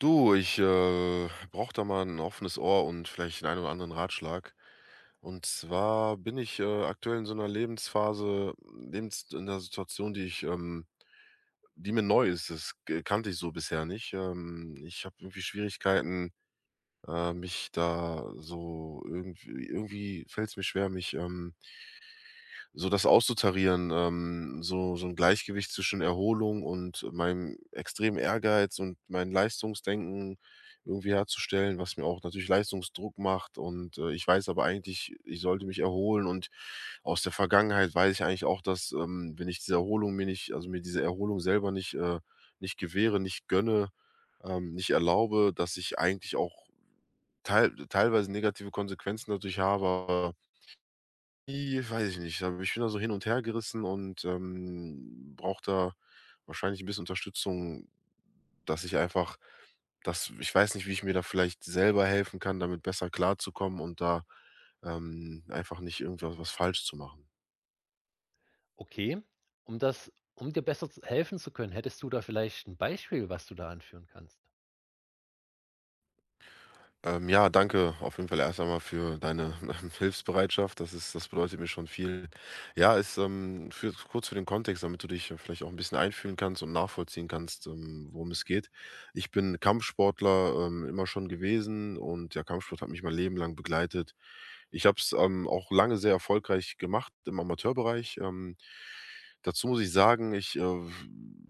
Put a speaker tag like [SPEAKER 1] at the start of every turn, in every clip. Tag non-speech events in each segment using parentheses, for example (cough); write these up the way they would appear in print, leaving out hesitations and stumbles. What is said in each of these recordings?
[SPEAKER 1] Du, ich brauche da mal ein offenes Ohr und vielleicht 'n einen oder anderen Ratschlag. Und zwar bin ich, aktuell in so einer Lebensphase Lebens in einer Situation, die ich die mir neu ist. Das k kannte ich so bisher nicht. Ich habe irgendwie Schwierigkeiten, mich da so irgendwie irgendwie fällt es mir schwer, so das auszutarieren, so ein Gleichgewicht zwischen Erholung und meinem extremen Ehrgeiz und meinem Leistungsdenken irgendwie herzustellen, was mir auch natürlich Leistungsdruck macht und, ich weiß aber eigentlich, ich sollte mich erholen. Und aus der Vergangenheit weiß ich eigentlich auch, dass, wenn ich diese Erholung mir nicht also mir diese Erholung selber nicht, nicht gewähre, nicht gönne, nicht erlaube, dass ich eigentlich auch teilweise negative Konsequenzen dadurch habe, I weiß ich nicht. Aber ich bin da so hin und her gerissen und, brauche da wahrscheinlich ein bisschen Unterstützung, dass ich einfach dass ich weiß nicht, wie ich mir da vielleicht selber helfen kann, damit besser klarzukommen und da, einfach nicht irgendwas was falsch zu machen.
[SPEAKER 2] Okay, um dir besser z helfen zu können, hättest du da vielleicht ein Beispiel, was du da anführen kannst?
[SPEAKER 1] Ja, danke auf jeden Fall erst einmal für deine (laughs) Hilfsbereitschaft. Das bedeutet mir schon viel. Ja, ist, für kurz für den Kontext, damit du dich vielleicht auch ein bisschen einfühlen kannst und nachvollziehen kannst, worum es geht. Ich bin Kampfsportler, immer schon gewesen, und der Kampfsport hat mich mein Leben lang begleitet. Ich habe es, auch lange sehr erfolgreich gemacht im Amateurbereich. Dazu muss ich sagen, ich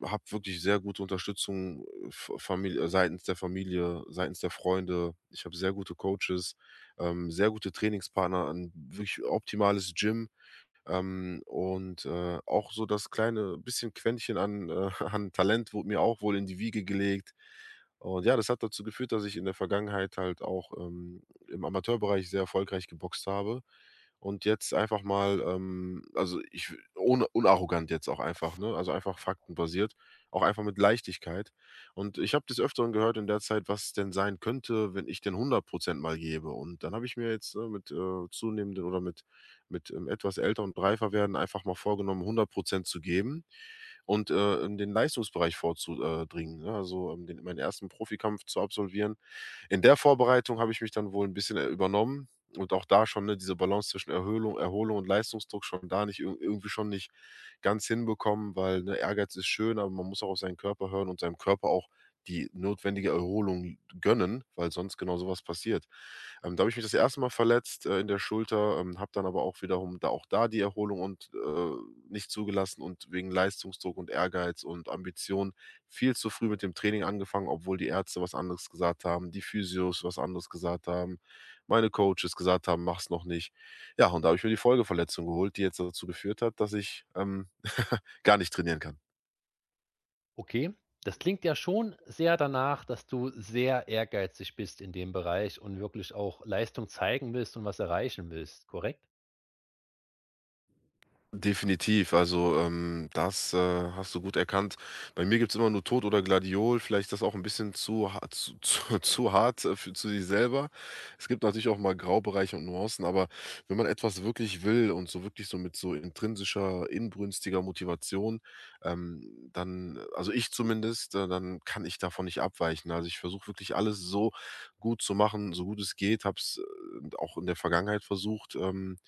[SPEAKER 1] habe wirklich sehr gute Unterstützung, v Famil seitens der Familie, seitens der Freunde. Ich habe sehr gute Coaches, sehr gute Trainingspartner, ein wirklich optimales Gym. Auch so das kleine bisschen Quäntchen an, (laughs) an Talent wurde mir auch wohl in die Wiege gelegt. Und ja, das hat dazu geführt, dass ich in der Vergangenheit halt auch, im Amateurbereich sehr erfolgreich geboxt habe und jetzt einfach mal, also, ich ohne unarrogant jetzt auch einfach, ne, also einfach faktenbasiert, auch einfach mit Leichtigkeit. Und ich habe des Öfteren gehört in der Zeit, was denn sein könnte, wenn ich denn 100% mal gebe. Und dann habe ich mir jetzt, ne, mit, zunehmenden oder mit etwas älter und reifer werden einfach mal vorgenommen, 100% zu geben und, in den Leistungsbereich vorzudringen, ne? Also, den meinen ersten Profikampf zu absolvieren. In der Vorbereitung habe ich mich dann wohl ein bisschen, übernommen und auch da schon, ne, diese Balance zwischen Erholung und Leistungsdruck schon da nicht irg irgendwie schon nicht ganz hinbekommen, weil, ne, Ehrgeiz ist schön, aber man muss auch auf seinen Körper hören und seinem Körper auch die notwendige Erholung gönnen, weil sonst genau sowas passiert. Da habe ich mich das erste Mal verletzt, in der Schulter, habe dann aber auch wiederum da die Erholung und nicht zugelassen und wegen Leistungsdruck und Ehrgeiz und Ambition viel zu früh mit dem Training angefangen, obwohl die Ärzte was anderes gesagt haben, die Physios was anderes gesagt haben, meine Coaches gesagt haben, mach's noch nicht. Ja, und da habe ich mir die Folgeverletzung geholt, die jetzt dazu geführt hat, dass ich, (laughs) gar nicht trainieren kann.
[SPEAKER 2] Okay, das klingt ja schon sehr danach, dass du sehr ehrgeizig bist in dem Bereich und wirklich auch Leistung zeigen willst und was erreichen willst, korrekt?
[SPEAKER 1] Definitiv, also, das, hast du gut erkannt. Bei mir gibt es immer nur Tod oder Gladiol, vielleicht ist das auch ein bisschen zu (laughs) zu hart, für zu sich selber. Es gibt natürlich auch mal Graubereiche und Nuancen, aber wenn man etwas wirklich will und so wirklich so mit so intrinsischer, inbrünstiger Motivation, dann also, ich zumindest, dann kann ich davon nicht abweichen. Also, ich versuche wirklich alles so gut zu machen, so gut es geht, habe es, auch in der Vergangenheit versucht,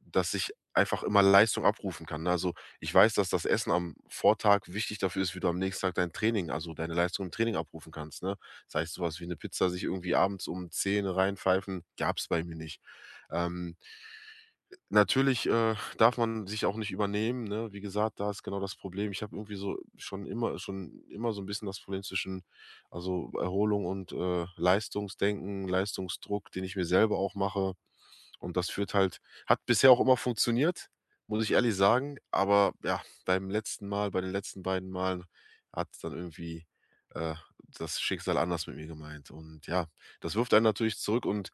[SPEAKER 1] dass ich einfach immer Leistung abrufen kann, ne? Also, ich weiß, dass das Essen am Vortag wichtig dafür ist, wie du am nächsten Tag dein Training also, deine Leistung im Training abrufen kannst, ne? Das heißt, sowas wie eine Pizza sich irgendwie abends um 10 reinpfeifen, gab's bei mir nicht. Ähm Natürlich darf man sich auch nicht übernehmen, ne? Wie gesagt, da ist genau das Problem. Ich habe irgendwie so schon immer so ein bisschen das Problem zwischen also, Erholung und, Leistungsdenken, Leistungsdruck, den ich mir selber auch mache. Und das führt halt hat bisher auch immer funktioniert, muss ich ehrlich sagen. Aber ja, bei den letzten beiden Malen hat dann irgendwie, äh, das Schicksal anders mit mir gemeint. Und ja, das wirft einen natürlich zurück und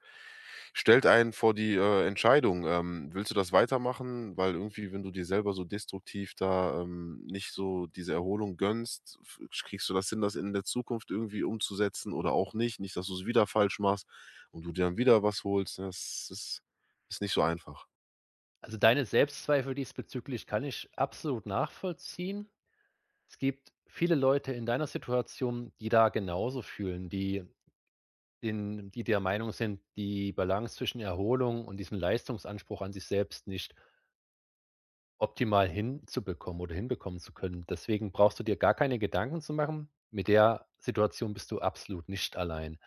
[SPEAKER 1] stellt einen vor die, Entscheidung, willst du das weitermachen? Weil irgendwie, wenn du dir selber so destruktiv da, nicht so diese Erholung gönnst, f kriegst du das hin, das in der Zukunft irgendwie umzusetzen oder auch nicht. Nicht, dass du es wieder falsch machst und du dir dann wieder was holst, ne? Das ist ist nicht so einfach.
[SPEAKER 2] Also, deine Selbstzweifel diesbezüglich kann ich absolut nachvollziehen. Es gibt viele Leute in deiner Situation, die da genauso fühlen, die in die der Meinung sind, die Balance zwischen Erholung und diesem Leistungsanspruch an sich selbst nicht optimal hinzubekommen oder hinbekommen zu können. Deswegen brauchst du dir gar keine Gedanken zu machen. Mit der Situation bist du absolut nicht allein.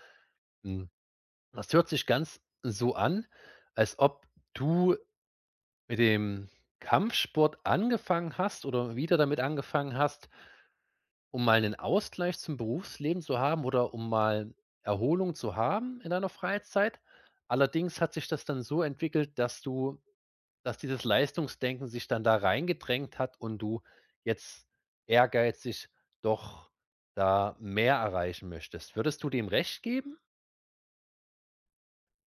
[SPEAKER 2] Hm, das hört sich ganz so an, als ob du mit dem Kampfsport angefangen hast oder wieder damit angefangen hast, um mal einen Ausgleich zum Berufsleben zu haben oder um mal Erholung zu haben in deiner Freizeit. Allerdings hat sich das dann so entwickelt, dass dieses Leistungsdenken sich dann da reingedrängt hat und du jetzt ehrgeizig doch da mehr erreichen möchtest. Würdest du dem recht geben?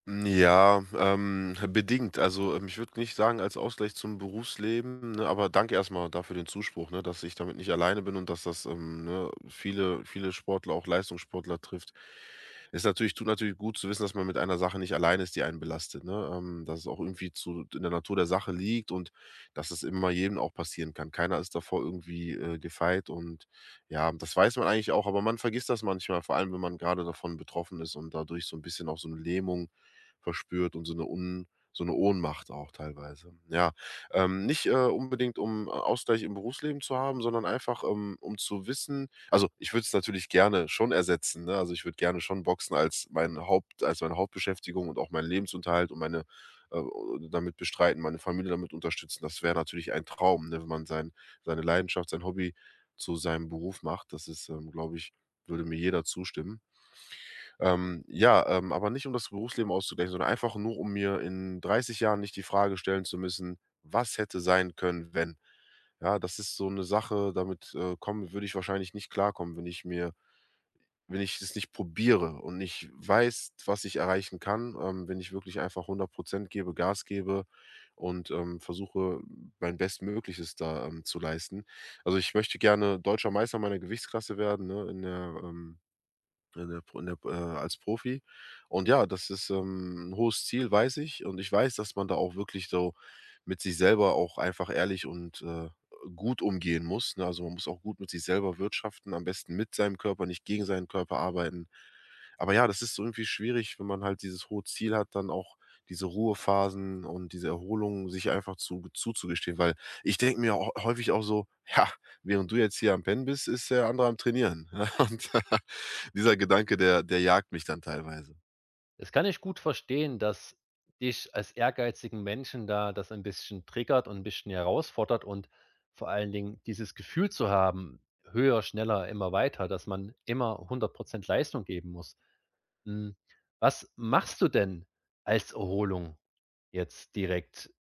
[SPEAKER 1] Ja, bedingt. Also, ich würde nicht sagen als Ausgleich zum Berufsleben, ne, aber danke erstmal dafür den Zuspruch, ne, dass ich damit nicht alleine bin und dass das, viele Sportler, auch Leistungssportler trifft. Ist natürlich Tut natürlich gut zu wissen, dass man mit einer Sache nicht alleine ist, die einen belastet, ne? Dass es auch irgendwie zu in der Natur der Sache liegt und dass es immer jedem auch passieren kann. Keiner ist davor irgendwie, gefeit. Und ja, das weiß man eigentlich auch, aber man vergisst das manchmal, vor allem, wenn man gerade davon betroffen ist und dadurch so ein bisschen auch so eine Lähmung verspürt und so eine Ohnmacht auch teilweise. Ja, nicht, unbedingt, um Ausgleich im Berufsleben zu haben, sondern einfach, um zu wissen also, ich würde es natürlich gerne schon ersetzen, ne? Also, ich würde gerne schon Boxen als meine Hauptbeschäftigung und auch meinen Lebensunterhalt und meine äh, damit bestreiten, meine Familie damit unterstützen. Das wäre natürlich ein Traum, ne, wenn man seine Leidenschaft, sein Hobby zu seinem Beruf macht. Das ist, glaube ich, würde mir jeder zustimmen. Ja, aber nicht, um das Berufsleben auszugleichen, sondern einfach nur, um mir in 30 Jahren nicht die Frage stellen zu müssen: „Was hätte sein können, wenn?“ Ja, das ist so eine Sache, damit, komme würde ich wahrscheinlich nicht klarkommen, wenn ich es nicht probiere und nicht weiß, was ich erreichen kann, wenn ich wirklich einfach 100% gebe, Gas gebe und, versuche, mein Bestmögliches da, zu leisten. Also, ich möchte gerne Deutscher Meister meiner Gewichtsklasse werden, ne, in der, als Profi. Und ja, das ist, 'n hohes Ziel, weiß ich. Und ich weiß, dass man da auch wirklich so mit sich selber auch einfach ehrlich und, gut umgehen muss, ne? Also, man muss auch gut mit sich selber wirtschaften, am besten mit seinem Körper, nicht gegen seinen Körper arbeiten. Aber ja, das ist so irgendwie schwierig, wenn man halt dieses hohe Ziel hat, dann auch diese Ruhephasen und diese Erholung sich einfach zu zuzugestehen, weil ich denke mir häufig auch so: „Ja, während du jetzt hier am Pennen bist, ist der andere am Trainieren“, (laughs) und dieser Gedanke, der jagt mich dann teilweise.
[SPEAKER 2] Das kann ich gut verstehen, dass dich als ehrgeizigen Menschen da das ein bisschen triggert und ein bisschen herausfordert und vor allen Dingen dieses Gefühl zu haben, höher, schneller, immer weiter, dass man immer 100% Leistung geben muss. Hm, was machst du denn als Erholung jetzt direkt?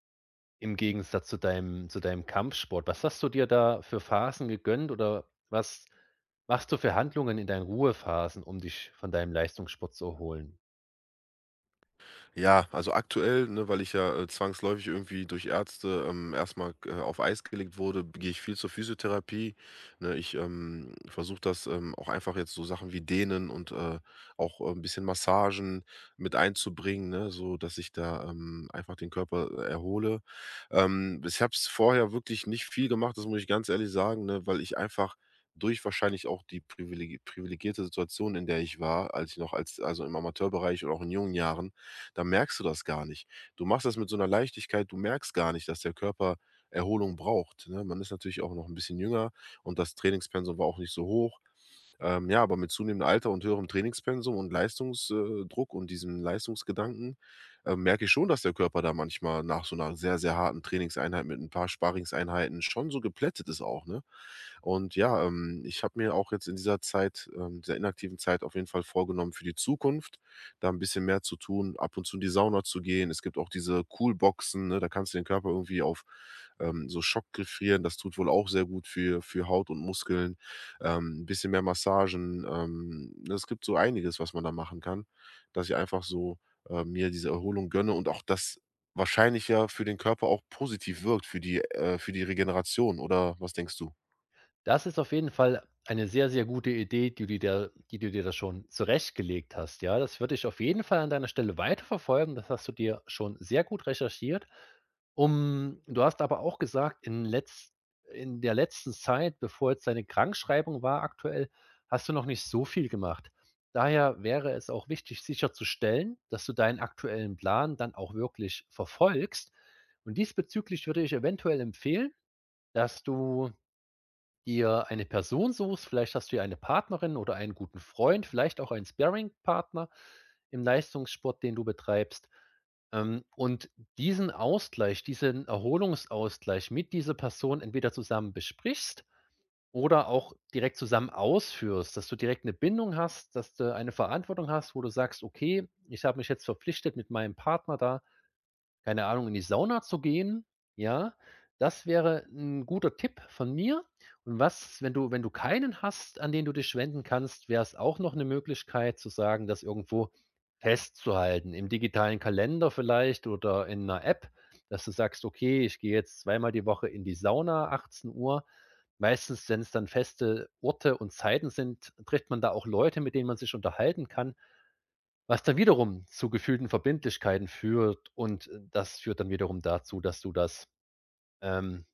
[SPEAKER 2] Im Gegensatz zu deinem Kampfsport, was hast du dir da für Phasen gegönnt oder was machst du für Handlungen in deinen Ruhephasen, um dich von deinem Leistungssport zu erholen?
[SPEAKER 1] Ja, also aktuell, ne, weil ich ja, zwangsläufig irgendwie durch Ärzte, erst auf Eis gelegt wurde, gehe ich viel zur Physiotherapie, ne? Ich, versuche das, auch einfach jetzt so Sachen wie Dehnen und, 'n bisschen Massagen mit einzubringen, ne, so dass ich da, einfach den Körper erhole. Ich habe es vorher wirklich nicht viel gemacht, das muss ich ganz ehrlich sagen, ne, weil ich einfach durch wahrscheinlich auch die privilegierte Situation, in der ich war, als ich noch als also im Amateurbereich und auch in jungen Jahren, da merkst du das gar nicht. Du machst das mit so einer Leichtigkeit, du merkst gar nicht, dass der Körper Erholung braucht, ne? Man ist natürlich auch noch ein bisschen jünger und das Trainingspensum war auch nicht so hoch. Ja, aber mit zunehmendem Alter und höherem Trainingspensum und Leistungsdruck und diesem Leistungsgedanken, merke ich schon, dass der Körper da manchmal nach so einer sehr, sehr harten Trainingseinheit mit ein paar Sparringseinheiten schon so geplättet ist auch, ne? Und ja, ich habe mir auch jetzt in dieser Zeit, dieser inaktiven Zeit auf jeden Fall vorgenommen für die Zukunft, da ein bisschen mehr zu tun, ab und zu in die Sauna zu gehen. Es gibt auch diese Coolboxen, ne, da kannst du den Körper irgendwie auf, so Schock gefrieren. Das tut wohl auch sehr gut für Haut und Muskeln, 'n bisschen mehr Massagen. Ne, es gibt so einiges, was man da machen kann, dass ich einfach so, mir diese Erholung gönne und auch das wahrscheinlich ja für den Körper auch positiv wirkt für die Regeneration, oder was denkst du?
[SPEAKER 2] Das ist auf jeden Fall eine sehr, sehr gute Idee, die du dir da schon zurechtgelegt hast, ja. Das würde ich auf jeden Fall an deiner Stelle weiterverfolgen. Das hast du dir schon sehr gut recherchiert. Um du hast aber auch gesagt, in der letzten Zeit, bevor jetzt deine Krankschreibung war aktuell, hast du noch nicht so viel gemacht. Daher wäre es auch wichtig, sicherzustellen, dass du deinen aktuellen Plan dann auch wirklich verfolgst. Und diesbezüglich würde ich eventuell empfehlen, dass du dir eine Person suchst, vielleicht hast du ja eine Partnerin oder einen guten Freund, vielleicht auch einen Sparring-Partner im Leistungssport, den du betreibst. Und diesen Ausgleich, diesen Erholungsausgleich mit dieser Person entweder zusammen besprichst oder auch direkt zusammen ausführst, dass du direkt eine Bindung hast, dass du eine Verantwortung hast, wo du sagst: „Okay, ich habe mich jetzt verpflichtet, mit meinem Partner da keine Ahnung, in die Sauna zu gehen, ja? Das wäre 'n guter Tipp von mir. Und was, wenn du keinen hast, an den du dich wenden kannst, wär's auch noch 'ne Möglichkeit zu sagen, das irgendwo festzuhalten, im digitalen Kalender vielleicht oder in 'ner App, dass du sagst: „Okay, ich gehe jetzt zweimal die Woche in die Sauna, 18:00 Uhr. Meistens, wenn's dann feste Orte und Zeiten sind, trifft man da auch Leute, mit denen man sich unterhalten kann. Was dann wiederum zu gefühlten Verbindlichkeiten führt, das führt dann wiederum dazu, dass du das, ähm,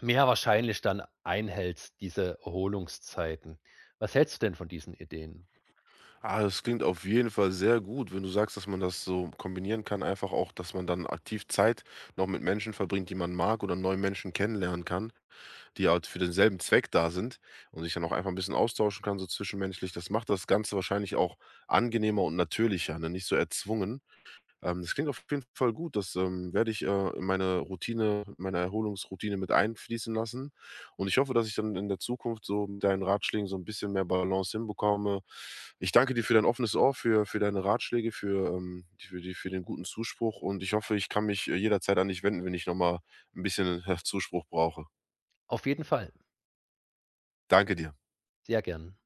[SPEAKER 2] mehr wahrscheinlich dann einhältst, diese Erholungszeiten. Was hältst du denn von diesen Ideen?
[SPEAKER 1] Ah, das klingt auf jeden Fall sehr gut, wenn du sagst, dass man das so kombinieren kann, einfach auch, dass man dann aktiv Zeit noch mit Menschen verbringt, die man mag, oder neue Menschen kennenlernen kann, die halt für denselben Zweck da sind und sich dann auch einfach ein bisschen austauschen kann, so zwischenmenschlich. Das macht das Ganze wahrscheinlich auch angenehmer und natürlicher, ne, nicht so erzwungen. Das klingt auf jeden Fall gut. Das, werde ich, in meine Erholungsroutine mit einfließen lassen. Und ich hoffe, dass ich dann in der Zukunft so mit deinen Ratschlägen so ein bisschen mehr Balance hinbekomme. Ich danke dir für dein offenes Ohr, für deine Ratschläge, für, die- für die für den guten Zuspruch, und ich hoffe, ich kann mich, jederzeit an dich wenden, wenn ich noch mal 'n bisschen, Zuspruch brauche.
[SPEAKER 2] Auf jeden Fall,
[SPEAKER 1] Danke dir.
[SPEAKER 2] sehr gern.